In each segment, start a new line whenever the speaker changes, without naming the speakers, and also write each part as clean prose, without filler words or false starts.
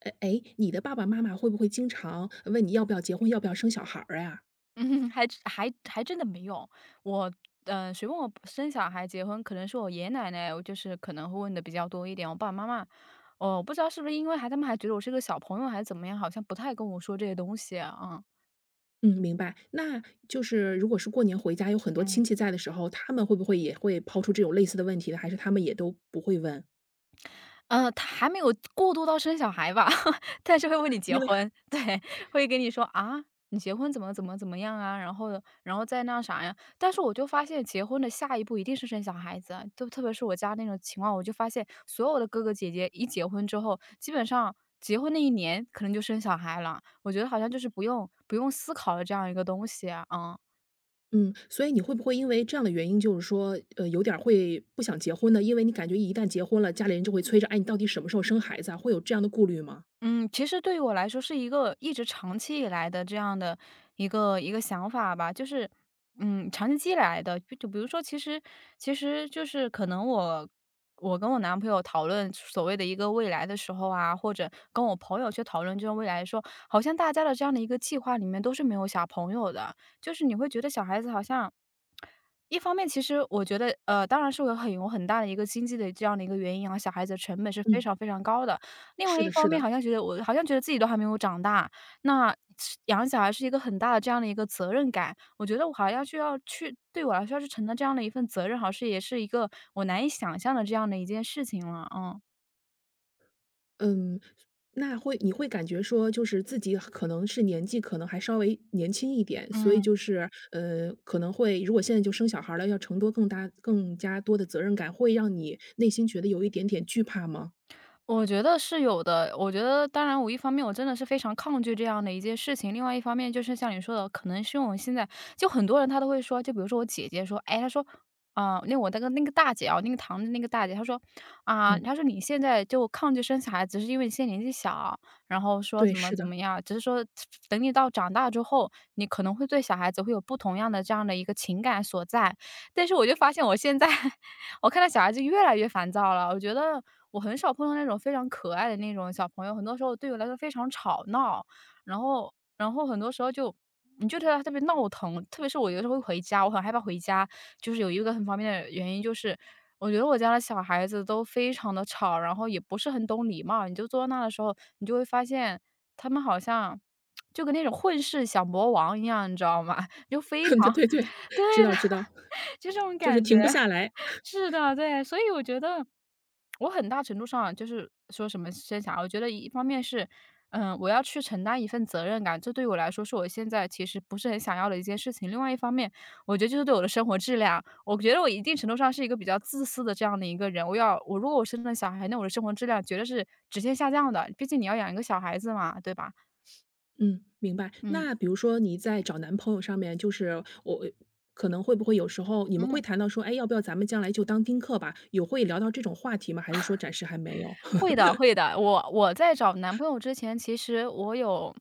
哎哎，你的爸爸妈妈会不会经常问你要不要结婚，要不要生小孩儿呀？
嗯，还真的没有。我嗯，谁问我生小孩、结婚，可能是我爷爷奶奶，我就是可能会问的比较多一点。我爸爸妈妈，哦，我不知道是不是因为他们还觉得我是个小朋友，还是怎么样，好像不太跟我说这些东西啊。
嗯，明白。那就是如果是过年回家有很多
嗯
亲戚在的时候，他们会不会也会抛出这种类似的问题呢？还是他们也都不会问？
他还没有过渡到生小孩吧，但是会问你结
因为还
婚，对，会跟你说："啊，你结婚怎么怎么怎么样啊？"然后再那啥呀。但是我就发现结婚的下一步一定是生小孩子啊，就特别是我家那种情况，我就发现所有的哥哥姐姐一结婚之后，基本上结婚那一年可能就生小孩了，我觉得好像就是不用思考的这样一个东西，啊。嗯
嗯，所以你会不会因为这样的原因，就是说，有点儿会不想结婚呢？因为你感觉一旦结婚了，家里人就会催着，哎，你到底什么时候生孩子啊？会有这样的顾虑吗？
嗯，其实对于我来说是一个一直长期以来的这样的一个想法吧，就是，嗯，长期积累来的。就比如说，其实就是可能我跟我男朋友讨论所谓的一个未来的时候啊，或者跟我朋友去讨论这种未来说好像大家的这样的一个计划里面都是没有小朋友的，就是你会觉得小孩子好像。一方面其实我觉得，当然是有很大的一个经济的这样的一个原因啊，小孩子的成本是非
嗯，
常非常高的。另外
是
一
的，
方
是
面
的。
好像觉得我好像觉得自己都还没有长大，那是养小孩是一个很大的这样的一个责任感。我觉得我好像需要去对我来说要去承担这样的一份责任，好像是也是一个我难以想象的这样的一件事情了，嗯
嗯，那会你会感觉说，就是自己可能是年纪可能还稍微年轻一点，所以
嗯。
就是，可能会如果现在就生小孩儿了，要承多更大更加多的责任感，会让你内心觉得有一点点惧怕吗？
我觉得是有的，我觉得当然我一方面我真的是非常抗拒这样的一件事情，另外一方面就是像你说的，可能是我们现在就很多人他都会说，就比如说我姐姐说，哎，她说，啊、那我那个大姐啊，那个堂的那个大姐，她说，啊、
嗯，
她说你现在就抗拒生小孩，只是因为你现在年纪小，然后说
对，
怎么
是
怎
的，
么样，只是说等你到长大之后，你可能会对小孩子会有不同样的这样的一个情感所在，但是我就发现我现在 我看到小孩子越来越烦躁了。我觉得我很少碰到那种非常可爱的那种小朋友，很多时候对我来说非常吵闹，然后很多时候就你就觉得他特别闹腾。特别是我有的时候会回家，我很害怕回家，就是有一个很方便的原因就是，我觉得我家的小孩子都非常的吵，然后也不是很懂礼貌。你就坐在那的时候，你就会发现他们好像就跟那种混世小魔王一样，你知道吗？就非
对
常
对对，
对
知
的，
道知道，
就这种
就是
感
停不
觉。
下来。
是的，对，所以我觉得我很大程度上就是说什么生小孩，我觉得一方面是，嗯，我要去承担一份责任感，这对我来说是我现在其实不是很想要的一件事情。另外一方面，我觉得就是对我的生活质量，我觉得我一定程度上是一个比较自私的这样的一个人。我如果我生了小孩，那我的生活质量绝对是直线下降的，毕竟你要养一个小孩子嘛，对吧？
嗯，明白。
嗯
那比如说你在找男朋友上面，就是我可能会不会有时候你们会
嗯。
谈到说，哎，要不要咱们将来就当丁克吧？有会聊到这种话题吗？还是说暂时还没有？
会的会的，我在找男朋友之前，其实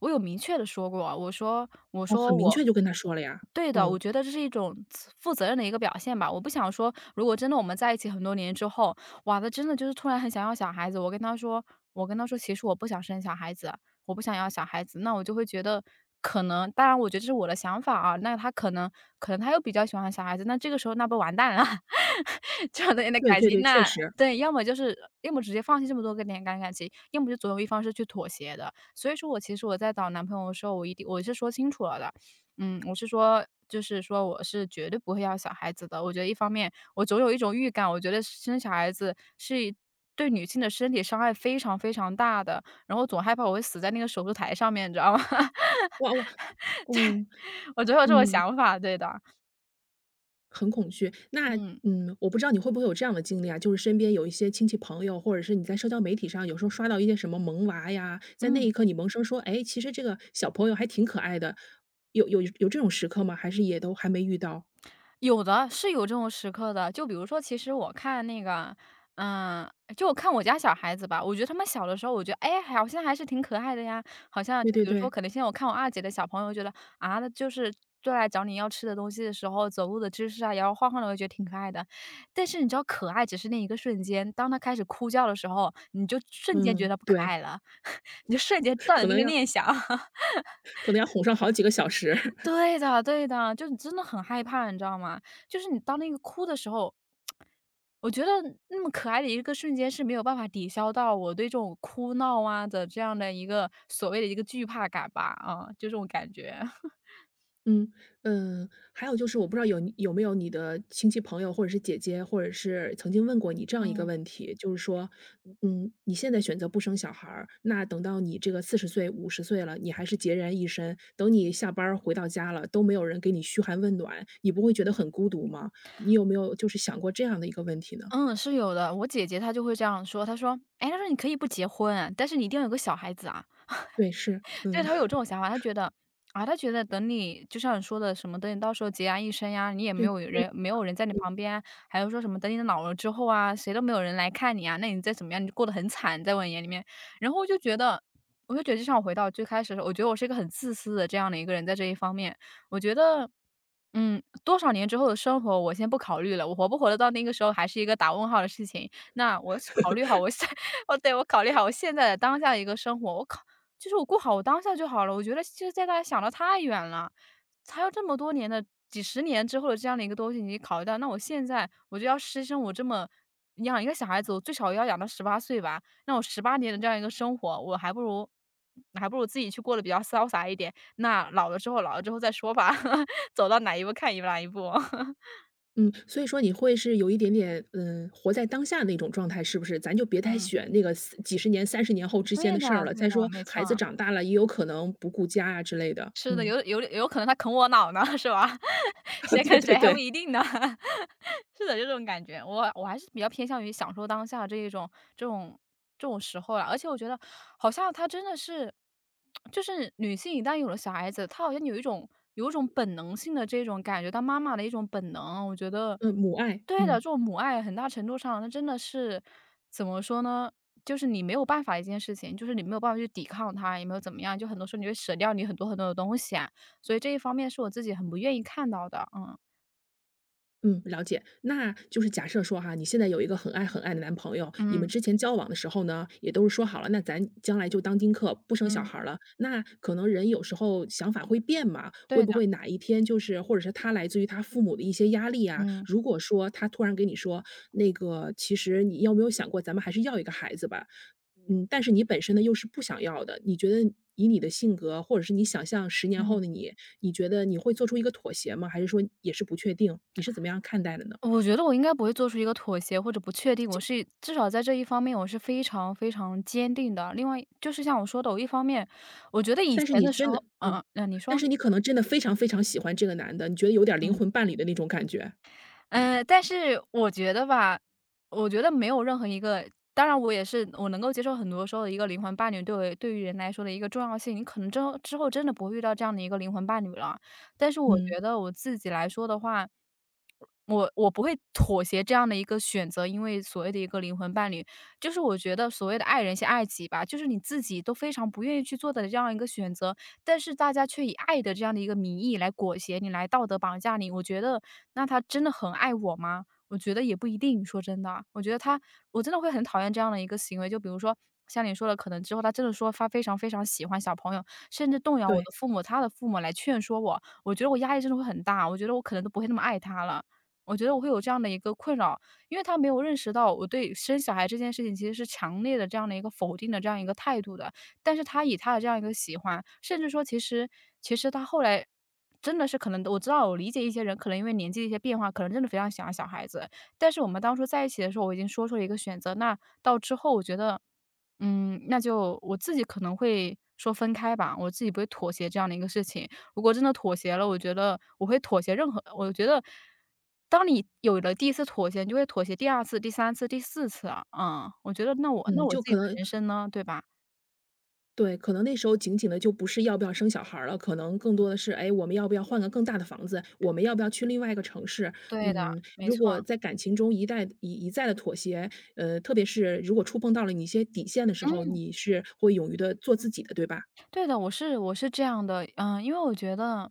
我有明确的说过，我说我
哦，
说
很明
我
确就跟他说了呀。
对的，我
嗯，
觉得这是一种自负责任的一个表现吧。我不想说，如果真的我们在一起很多年之后，哇，他真的就是突然很想要小孩子，我跟他说："其实我不想生小孩子，我不想要小孩子。"那我就会觉得可能当然我觉得这是我的想法啊，那他可能他又比较喜欢小孩子，那这个时候那不完蛋了，这样的
对
感
对
情
对，确
那
实。
对，要么直接放弃这么多个年感情，要么就总有一方是去妥协的。所以说我其实我在找男朋友的时候，我一定我是说清楚了的，嗯，我是说就是说我是绝对不会要小孩子的。我觉得一方面，我总有一种预感，我觉得生小孩子是对女性的身体伤害非常非常大的，然后总害怕我会死在那个手术台上面，你知道吗？
哇哇，嗯
我总有这种
嗯，
想法，对的，
很恐惧。那
嗯
嗯，我不知道你会不会有这样的经历啊，就是身边有一些亲戚朋友，或者是你在社交媒体上有时候刷到一些什么萌娃呀，在那
嗯。
一刻你萌生说，哎，其实这个小朋友还挺可爱的，有这种时刻吗？还是也都还没遇到？
有的，是有这种时刻的。就比如说，其实我看那个，嗯，就我看我家小孩子吧，我觉得他们小的时候，我觉得，哎，好像还是挺可爱的呀。好像
对
就
对
比如说，
对，
可能现在我看我二姐的小朋友，觉得啊，那就是过来找你要吃的东西的时候，走路的姿势啊，摇摇晃晃的，我觉得挺可爱的。但是你知道，可爱只是那一个瞬间，当他开始哭叫的时候，你就瞬间觉
嗯，
得不可
对，
爱了，你就瞬间 断了
可
那
能
个
要
念想。
可能要哄上好几个小时。
对的对的，就你真的很害怕，你知道吗？就是你当那个哭的时候，我觉得那么可爱的一个瞬间是没有办法抵消到我对这种哭闹啊的这样的一个所谓的一个惧怕感吧，啊，就这种感觉。
嗯，嗯，还有就是我不知道有没有你的亲戚朋友或者是姐姐，或者是曾经问过你这样一个
嗯。
问题，就是说，嗯，你现在选择不生小孩儿，那等到你这个40岁、50岁了，你还是孑然一身，等你下班儿回到家了，都没有人给你嘘寒问暖，你不会觉得很孤独吗？你有没有就是想过这样的一个问题呢？
嗯，是有的，我姐姐她就会这样说，她说："哎，她说你可以不结婚，但是你一定要有个小孩子啊。"
对，是，
对，
嗯，
他会有这 种想法，他觉得啊，他觉得等你就像你说的什么，等你到时候孑然一身呀，你也没
对，
有人，没有人在你旁边啊还有说什么等你老了之后啊，谁都没有人来看你啊，那你再怎么样，你就过得很惨，在我眼里面。然后我就觉得，我就觉得，就像我回到最开始的时候，我觉得我是一个很自私的这样的一个人，在这一方面，我觉得。嗯，多少年之后的生活，我先不考虑了。我活不活得到那个时候，还是一个打问号的事情。那我考虑好我现，我考虑好我现在的当下的一个生活，就是我过好我当下就好了，我觉得现在大家想的太远了，还有这么多年的几十年之后的这样的一个东西，你考虑到，那我现在我就要牺牲我这么养一个小孩子，我最少要养到18岁吧，那我18年的这样一个生活，我还不如还不如自己去过得比较潇洒一点，那老了之后老了之后再说吧，走到哪一步看一步哪一步。
嗯，所以说你会是有一点点，嗯，活在当下那种状态，是不是？咱就别太
嗯。
选那个四几十年、30年后之间
对
的事
的
儿了。
对
再
的，
说
没
孩子
错。
长大了，也有可能不顾家啊之类的，
是的，
嗯
有可能他啃我脑呢，是吧？谁
对
啃谁
对
还不
对。
一定呢。是的，就这种感觉，我还是比较偏向于享受当下这一种这种这种时候啦。而且我觉得好像他真的是，就是女性一旦有了小孩子，她好像有一种本能性的这种感觉，当妈妈的一种本能，我觉得。
嗯，母爱，
对的，这
嗯。
种母爱很大程度上，那真的是怎么说呢？就是你没有办法一件事情，就是你没有办法去抵抗它，也没有怎么样，就很多时候你会舍掉你很多很多的东西啊。所以这一方面是我自己很不愿意看到的，嗯。
嗯，了解。那就是假设说哈，你现在有一个很爱很爱的男朋友，你们
嗯，
之前交往的时候呢，也都是说好了，那咱将来就当丁克，不生小
嗯，
孩儿了。那可能人有时候想法会变嘛，会
对
不
的，
会哪一天就是或者是他来自于他父母的一些压力啊？
嗯，
如果说他突然给你说，那个其实你有没有想过，咱们还是要一个孩子吧？嗯，但是你本身呢又是不想要的，你觉得以你的性格，或者是你想象十年
嗯。
后的你，你觉得你会做出一个妥协吗？还是说也是不确定？你是怎么样看待的呢？
我觉得我应该不会做出一个妥协或者不确定，我是至少在这一方面我是非常非常坚定的。另外就是像我说的，我一方面我觉得以
但是
前
你
的时
真的
候
嗯，
你
但
说。
是你可能真的非常非常喜欢这个男的，你觉得有点儿灵
嗯。
魂伴侣的那种感觉。
嗯，但是我觉得吧，我觉得没有任何一个。当然我也是我能够接受很多时候的一个灵魂伴侣对我对于人来说的一个重要性，你可能之后真的不会遇到这样的一个灵魂伴侣了。但是我
嗯，
觉得我自己来说的话，我不会妥协这样的一个选择，因为所谓的一个灵魂伴侣，就是我觉得所谓的爱人先爱己吧，就是你自己都非常不愿意去做的这样一个选择，但是大家却以爱的这样的一个名义来裹挟你，来道德绑架你，我觉得那他真的很爱我吗？我觉得也不一定，说真的啊，我觉得他我真的会很讨厌这样的一个行为。就比如说像你说的，可能之后他真的说他非常非常喜欢小朋友，甚至动摇我的
对，
父母，他的父母来劝说我，我觉得我压力真的会很大，我觉得我可能都不会那么爱他了。我觉得我会有这样的一个困扰，因为他没有认识到我对生小孩这件事情其实是强烈的这样的一个否定的这样一个态度的。但是他以他的这样一个喜欢，甚至说其实他后来真的是可能我知道我理解一些人可能因为年纪的一些变化，可能真的非常喜欢小孩子。但是我们当初在一起的时候，我已经说出了一个选择，那到之后我觉得，那就我自己可能会说分开吧，我自己不会妥协这样的一个事情。如果真的妥协了，我觉得我会妥协任何我觉得当你有了第一次妥协，你就会妥协第二次、第三次、第四次啊，我觉得那我那
嗯，
我
就
自己
可
的
能
人生呢，对吧？
对，可能那时候仅仅的就不是要不要生小孩儿了，可能更多的是，哎，我们要不要换个更大的房子？我们要不要去另外一个城市？
对的，
嗯，
没
如
错，
果在感情中一再的妥协，特别是如果触碰到了你一些底线的时候，
嗯，
你是会勇于的做自己的，对吧？
对的，我是这样的，因为我觉得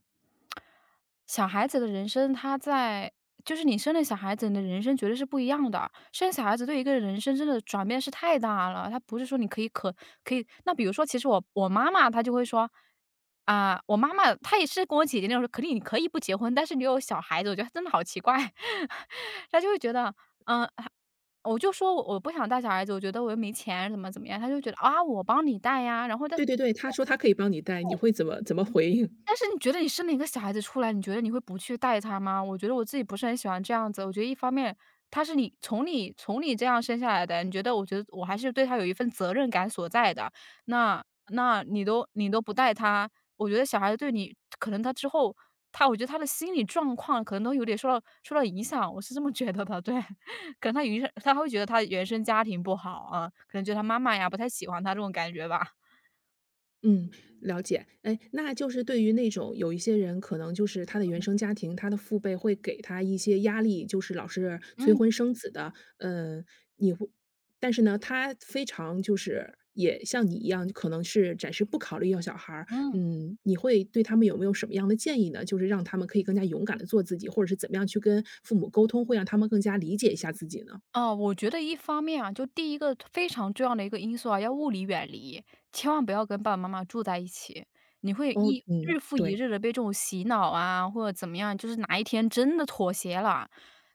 小孩子的人生，他在就是你生了小孩子，你的人生绝对是不一样的。生小孩子对一个人生真的转变是太大了，他不是说你可以。那比如说，其实我妈妈她就会说，啊、我妈妈她也是跟我姐姐那种说，你可以不结婚，但是你有小孩子，我觉得真的好奇怪。她就会觉得，嗯、我就说我不想带小孩子，我觉得我又没钱，怎么样，他就觉得啊，我帮你带呀，然后但
对对对，他说他可以帮你带，你会怎么怎么回应？
但是你觉得你生了一个小孩子出来，你觉得你会不去带他吗？我觉得我自己不是很喜欢这样子。我觉得一方面，他是你从你从你这样生下来的，你觉得我觉得我还是对他有一份责任感所在的。那那你都不带他，我觉得小孩子对你可能他之后他我觉得他的心理状况可能都有点受到影响，我是这么觉得的。对，可能他原生他会觉得他原生家庭不好啊，可能觉得他妈妈呀不太喜欢他这种感觉吧。
嗯，了解。哎，那就是对于那种有一些人，可能就是他的原生家庭，他的父辈会给他一些压力，就是老是催
嗯
婚生子的。嗯，你会，但是呢，他非常就是也像你一样，可能是暂时不考虑要小孩儿。
嗯。
嗯，你会对他们有没有什么样的建议呢？就是让他们可以更加勇敢的做自己，或者是怎么样去跟父母沟通，会让他们更加理解一下自己呢？
哦，我觉得一方面啊，就第一个非常重要的一个因素啊，要物理远离，千万不要跟爸爸妈妈住在一起，你会
哦，
一日
嗯，
复一
对，
日的被这种洗脑啊，或者怎么样，就是哪一天真的妥协了，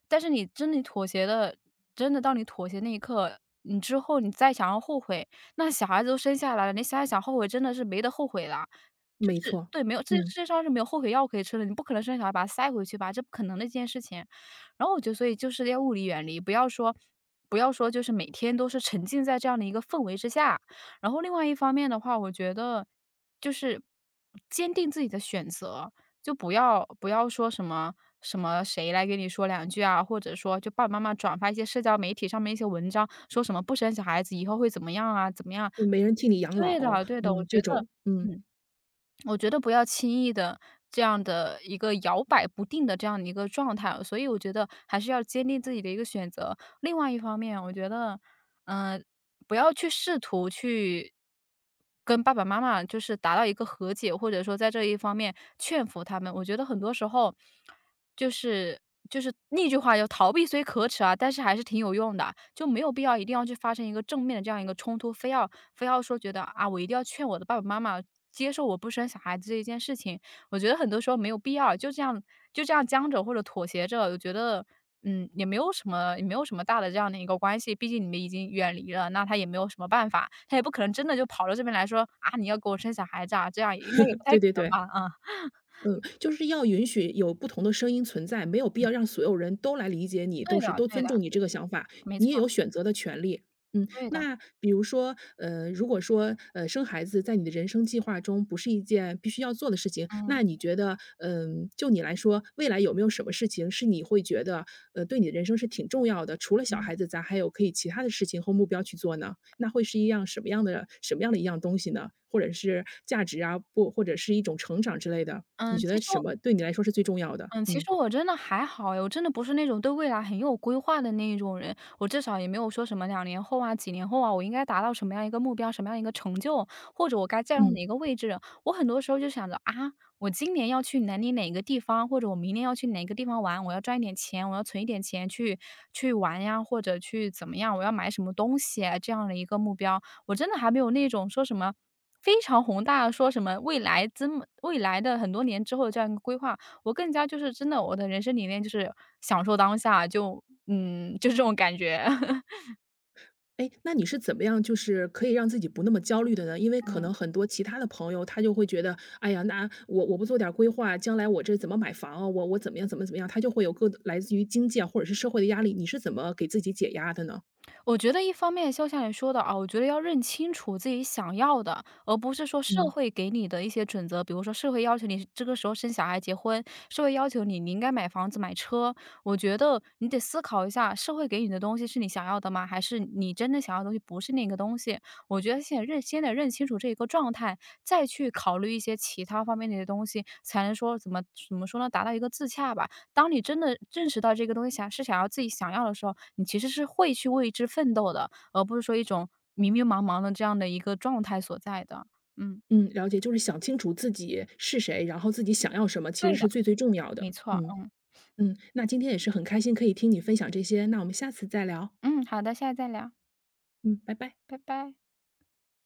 但是你真的妥协的真的到你妥协那一刻，你之后你再想要后悔，那小孩子都生下来了，你想一想后悔真的是没得后悔了。就
没
是
错，
对，没有这个
嗯。
世界上是没有后悔药可以吃的，你不可能生小孩把它塞回去吧，这不可能的一件事情。然后我觉得所以就是要物理远离，不要说就是每天都是沉浸在这样的一个氛围之下。然后另外一方面的话，我觉得就是坚定自己的选择，就不要说什么什么谁来给你说两句啊，或者说就爸爸妈妈转发一些社交媒体上面一些文章，说什么不生小孩子以后会怎么样啊，怎么样。
就没人替你养
对
老，
的对的，我
嗯，
觉
这
得。
种，嗯，
嗯。我觉得不要轻易的这样的一个摇摆不定的这样的一个状态啊，所以我觉得还是要坚定自己的一个选择。另外一方面，我觉得嗯、呃不要去试图去跟爸爸妈妈就是达到一个和解，或者说在这一方面劝服他们。我觉得很多时候就是就是那句话叫逃避虽可耻啊，但是还是挺有用的，就没有必要一定要去发生一个正面的这样一个冲突，非要说觉得啊，我一定要劝我的爸爸妈妈。接受我不生小孩子这一件事情，我觉得很多时候没有必要，就这样僵着或者妥协着，我觉得，也没有什么大的这样的一个关系，毕竟你们已经远离了，那他也没有什么办法，他也不可能真的就跑到这边来说：“啊，你要给我生小孩子啊！”这样应该也不太
对
可
对对。
能吧，啊，
嗯，就是要允许有不同的声音存在，没有必要让所有人都来理解你，
对的
都
对
尊
的，
重你这个想法，
没
你
错，
也有选择的权利。嗯，
对的，
那比如说，如果说，生孩子在你的人生计划中不是一件必须要做的事情，
嗯，
那你觉得，就你来说，未来有没有什么事情是你会觉得，对你的人生是挺重要的？除了小
嗯，
孩子，咱还有可以其他的事情和目标去做呢？那会是一样什么样的一样东西呢？或者是价值啊，不，或者是一种成长之类的？你
嗯，
觉
其
得
实
什么对你来说是最重要的？
嗯，其
嗯。
实我真的还好诶我真的不是那种对未来很有规划的那一种人，我至少也没有说什么2年后啊、几年后啊，我应该达到什么样一个目标、什么样一个成就，或者我该站到
嗯。
哪个位置。我很多时候就想着啊，我今年要去南宁哪个地方，或者我明年要去哪个地方玩，我要赚一点钱，我要存一点钱去玩呀，或者去怎么样，我要买什么东西啊这样的一个目标。我真的还没有那种说什么非常宏大的说什么未来怎么未来的很多年之后的这样一个规划，我更加就是真的，我的人生理念就是享受当下，就这种感觉。
哎，那你是怎么样就是可以让自己不那么焦虑的呢？因为可能 很多其他的朋友，他就会觉得，哎呀，那我不做点儿规划，将来我这怎么买房啊，我怎么样，他就会有各来自于经济啊或者是社会的压力，你是怎么给自己解压的呢？
我觉得一方面肖像你说的啊，我觉得要认清楚自己想要的，而不是说社
嗯。
会给你的一些准则，比如说社会要求你这个时候生小孩、结婚，社会要求你应该买房子、买车。我觉得你得思考一下，社会给你的东西是你想要的吗？还是你真正想要的东西不是那个东西？我觉得先得认清楚这一个状态，再去考虑一些其他方面的一些东西，才能说怎么说呢，达到一个自洽吧。当你真的认识到这个东西想要自己想要的时候，你其实是会去为之奋斗的，而不是说一种迷迷茫茫的这样的一个状态所在的。嗯，
嗯，了解，就是想清楚自己是谁，然后自己想要什么，其实
对的，
是最最重要
没
的。
错，
嗯，
嗯。
嗯，那今天也是很开心可以听你分享这些，那我们下次再聊。
嗯，好的，下次再聊，
嗯，拜拜。
拜拜。